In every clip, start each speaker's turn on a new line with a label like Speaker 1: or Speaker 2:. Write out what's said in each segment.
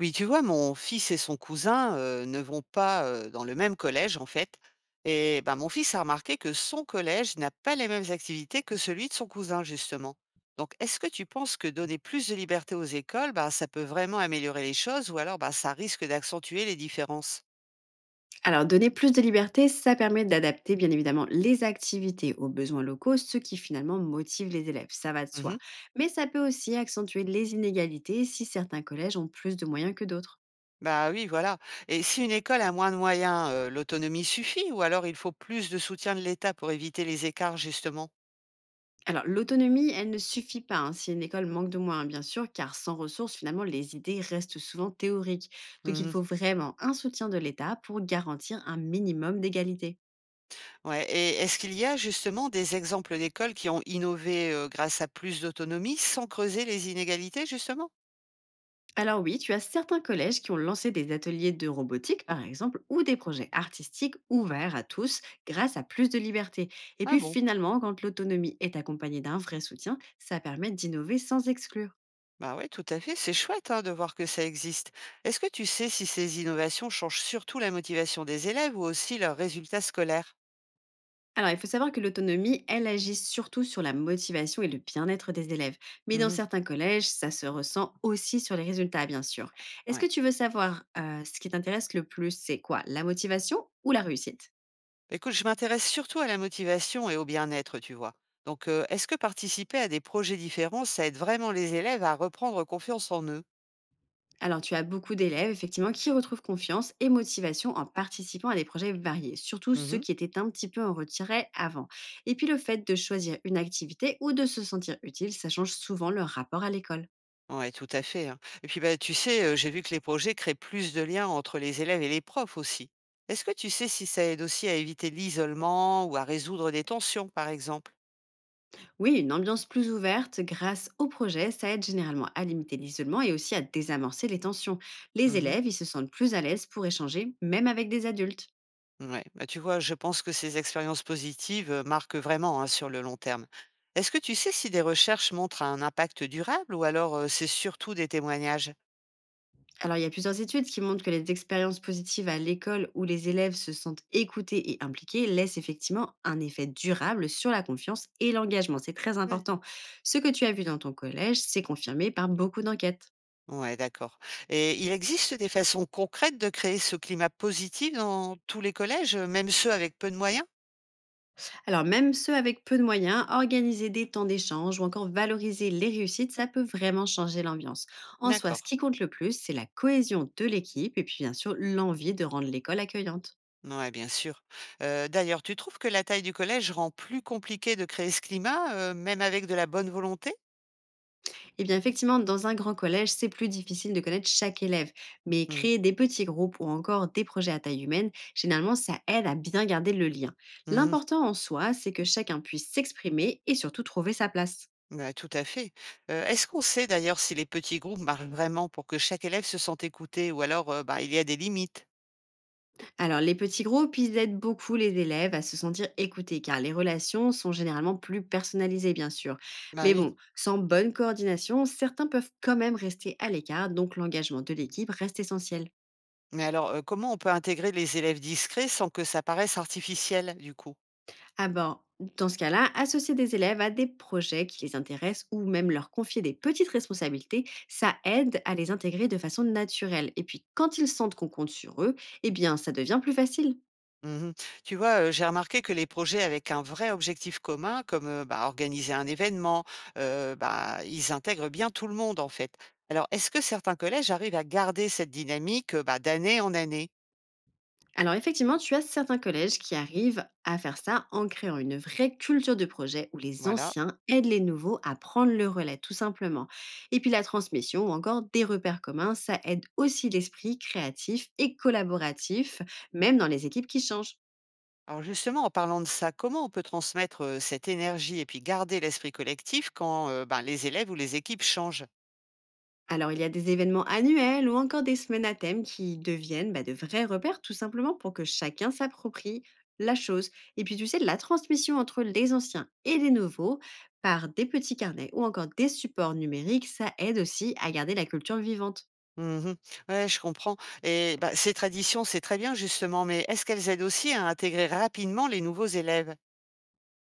Speaker 1: Oui, tu vois, mon fils et son cousin, ne vont pas, dans le même collège, en fait, et ben, mon fils a remarqué que son collège n'a pas les mêmes activités que celui de son cousin, justement. Donc, est-ce que tu penses que donner plus de liberté aux écoles, ben ça peut vraiment améliorer les choses ou alors, ben ça risque d'accentuer les différences?
Speaker 2: Alors, donner plus de liberté, ça permet d'adapter bien évidemment les activités aux besoins locaux, ce qui finalement motive les élèves, ça va de soi.
Speaker 1: Mmh.
Speaker 2: Mais ça peut aussi accentuer les inégalités si certains collèges ont plus de moyens que d'autres.
Speaker 1: Bah, oui, voilà, et si une école a moins de moyens, l'autonomie suffit ou alors il faut plus de soutien de l'État pour éviter les écarts, justement?
Speaker 2: Alors, l'autonomie, elle ne suffit pas hein, si une école manque de moyens, bien sûr, car sans ressources, finalement, les idées restent souvent théoriques. Donc, il
Speaker 1: Mmh.
Speaker 2: faut vraiment un soutien de l'État pour garantir un minimum d'égalité.
Speaker 1: Ouais, et est-ce qu'il y a justement des exemples d'écoles qui ont innové, grâce à plus d'autonomie sans creuser les inégalités justement?
Speaker 2: Alors oui, tu as certains collèges qui ont lancé des ateliers de robotique, par exemple, ou des projets artistiques ouverts à tous grâce à plus de liberté. Et
Speaker 1: Ah
Speaker 2: puis
Speaker 1: bon?
Speaker 2: finalement, quand l'autonomie est accompagnée d'un vrai soutien, ça permet d'innover sans exclure.
Speaker 1: Bah ouais, tout à fait, c'est chouette, hein, de voir que ça existe. Est-ce que tu sais si ces innovations changent surtout la motivation des élèves ou aussi leurs résultats scolaires?
Speaker 2: Alors, il faut savoir que l'autonomie, elle agit surtout sur la motivation et le bien-être des élèves. Mais dans
Speaker 1: Mmh,
Speaker 2: certains collèges, ça se ressent aussi sur les résultats, bien sûr. Est-ce que
Speaker 1: ouais.
Speaker 2: tu veux savoir ce qui t'intéresse le plus? C'est quoi? La motivation ou la réussite?
Speaker 1: Écoute, je m'intéresse surtout à la motivation et au bien-être, tu vois? Donc, est-ce que participer à des projets différents, ça aide vraiment les élèves à reprendre confiance en eux?
Speaker 2: Alors, tu as beaucoup d'élèves, effectivement, qui retrouvent confiance et motivation en participant à des projets variés, surtout ceux
Speaker 1: Mmh.
Speaker 2: qui étaient un petit peu en retrait avant. Et puis, le fait de choisir une activité ou de se sentir utile, ça change souvent leur rapport à l'école.
Speaker 1: Ouais, tout à fait, hein. Et puis, bah, tu sais, j'ai vu que les projets créent plus de liens entre les élèves et les profs aussi. Est-ce que tu sais si ça aide aussi à éviter l'isolement ou à résoudre des tensions, par exemple?
Speaker 2: Oui, une ambiance plus ouverte grâce au projet, ça aide généralement à limiter l'isolement et aussi à désamorcer les tensions. Les
Speaker 1: Mmh.
Speaker 2: élèves, ils se sentent plus à l'aise pour échanger, même avec des adultes.
Speaker 1: Ouais, bah, tu vois, je pense que ces expériences positives, marquent vraiment, hein, sur le long terme. Est-ce que tu sais si des recherches montrent un impact durable ou alors, c'est surtout des témoignages?
Speaker 2: Alors, il y a plusieurs études qui montrent que les expériences positives à l'école où les élèves se sentent écoutés et impliqués laissent effectivement un effet durable sur la confiance et l'engagement. C'est très
Speaker 1: Ouais.
Speaker 2: important. Ce que tu as vu dans ton collège, c'est confirmé par beaucoup d'enquêtes.
Speaker 1: Ouais, d'accord. Et il existe des façons concrètes de créer ce climat positif dans tous les collèges, même ceux avec peu de moyens?
Speaker 2: Alors, même ceux avec peu de moyens, organiser des temps d'échange ou encore valoriser les réussites, ça peut vraiment changer l'ambiance. En soi, ce
Speaker 1: D'accord.
Speaker 2: qui compte le plus, c'est la cohésion de l'équipe et puis bien sûr l'envie de rendre l'école accueillante.
Speaker 1: Ouais, bien sûr. D'ailleurs, tu trouves que la taille du collège rend plus compliqué de créer ce climat, même avec de la bonne volonté?
Speaker 2: Eh bien, effectivement, dans un grand collège, c'est plus difficile de connaître chaque élève. Mais
Speaker 1: Mmh.
Speaker 2: créer des petits groupes ou encore des projets à taille humaine, généralement, ça aide à bien garder le lien.
Speaker 1: Mmh.
Speaker 2: L'important en soi, c'est que chacun puisse s'exprimer et surtout trouver sa place.
Speaker 1: Bah, tout à fait. Est-ce qu'on sait d'ailleurs si les petits groupes marchent vraiment pour que chaque élève se sente écouté ou alors, bah, il y a des limites?
Speaker 2: Alors, les petits groupes, ils aident beaucoup les élèves à se sentir écoutés, car les relations sont généralement plus personnalisées, bien sûr.
Speaker 1: Bah,
Speaker 2: Mais
Speaker 1: oui.
Speaker 2: bon, sans bonne coordination, certains peuvent quand même rester à l'écart, donc l'engagement de l'équipe reste essentiel.
Speaker 1: Mais alors, comment on peut intégrer les élèves discrets sans que ça paraisse artificiel, du coup?
Speaker 2: Ah ben, dans ce cas-là, associer des élèves à des projets qui les intéressent ou même leur confier des petites responsabilités, ça aide à les intégrer de façon naturelle. Et puis, quand ils sentent qu'on compte sur eux, eh bien, ça devient plus facile.
Speaker 1: Mmh. Tu vois, j'ai remarqué que les projets avec un vrai objectif commun, comme, bah, organiser un événement, bah, ils intègrent bien tout le monde, en fait. Alors, est-ce que certains collèges arrivent à garder cette dynamique, bah, d'année en année?
Speaker 2: Alors effectivement, tu as certains collèges qui arrivent à faire ça en créant une vraie culture de projet où les
Speaker 1: Voilà.
Speaker 2: anciens aident les nouveaux à prendre le relais, tout simplement. Et puis la transmission ou encore des repères communs, ça aide aussi l'esprit créatif et collaboratif, même dans les équipes qui changent.
Speaker 1: Alors justement, en parlant de ça, comment on peut transmettre, cette énergie et puis garder l'esprit collectif quand, ben, les élèves ou les équipes changent?
Speaker 2: Alors, il y a des événements annuels ou encore des semaines à thème qui deviennent bah, de vrais repères, tout simplement pour que chacun s'approprie la chose. Et puis, tu sais, la transmission entre les anciens et les nouveaux par des petits carnets ou encore des supports numériques, ça aide aussi à garder la culture vivante.
Speaker 1: Mmh. Ouais, je comprends, et bah, ces traditions, c'est très bien justement, mais est-ce qu'elles aident aussi à intégrer rapidement les nouveaux élèves?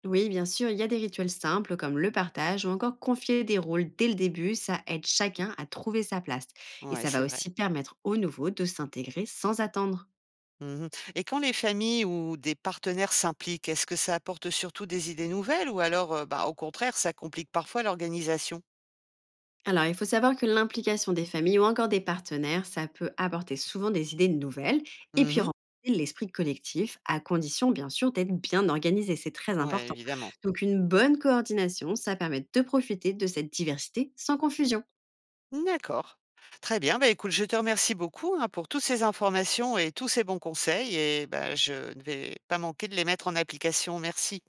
Speaker 2: Oui, bien sûr, il y a des rituels simples comme le partage ou encore confier des rôles dès le début, ça aide chacun à trouver sa place. Et
Speaker 1: Ouais,
Speaker 2: ça va
Speaker 1: c'est vrai.
Speaker 2: aussi permettre aux nouveaux de s'intégrer sans attendre.
Speaker 1: Mmh, et quand les familles ou des partenaires s'impliquent, est-ce que ça apporte surtout des idées nouvelles ou alors, bah, au contraire, ça complique parfois l'organisation?
Speaker 2: Alors, il faut savoir que l'implication des familles ou encore des partenaires, ça peut apporter souvent des idées nouvelles et puis
Speaker 1: Mmh.
Speaker 2: renforcer l'esprit collectif, à condition bien sûr d'être bien organisé, c'est très
Speaker 1: Ouais,
Speaker 2: important.
Speaker 1: évidemment.
Speaker 2: Donc, une bonne coordination, ça permet de profiter de cette diversité sans confusion.
Speaker 1: D'accord. Très bien, bah, écoute, je te remercie beaucoup, hein, pour toutes ces informations et tous ces bons conseils et bah, je ne vais pas manquer de les mettre en application. Merci.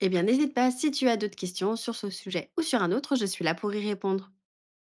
Speaker 2: Eh bien, n'hésite pas, si tu as d'autres questions sur ce sujet ou sur un autre, je suis là pour y répondre.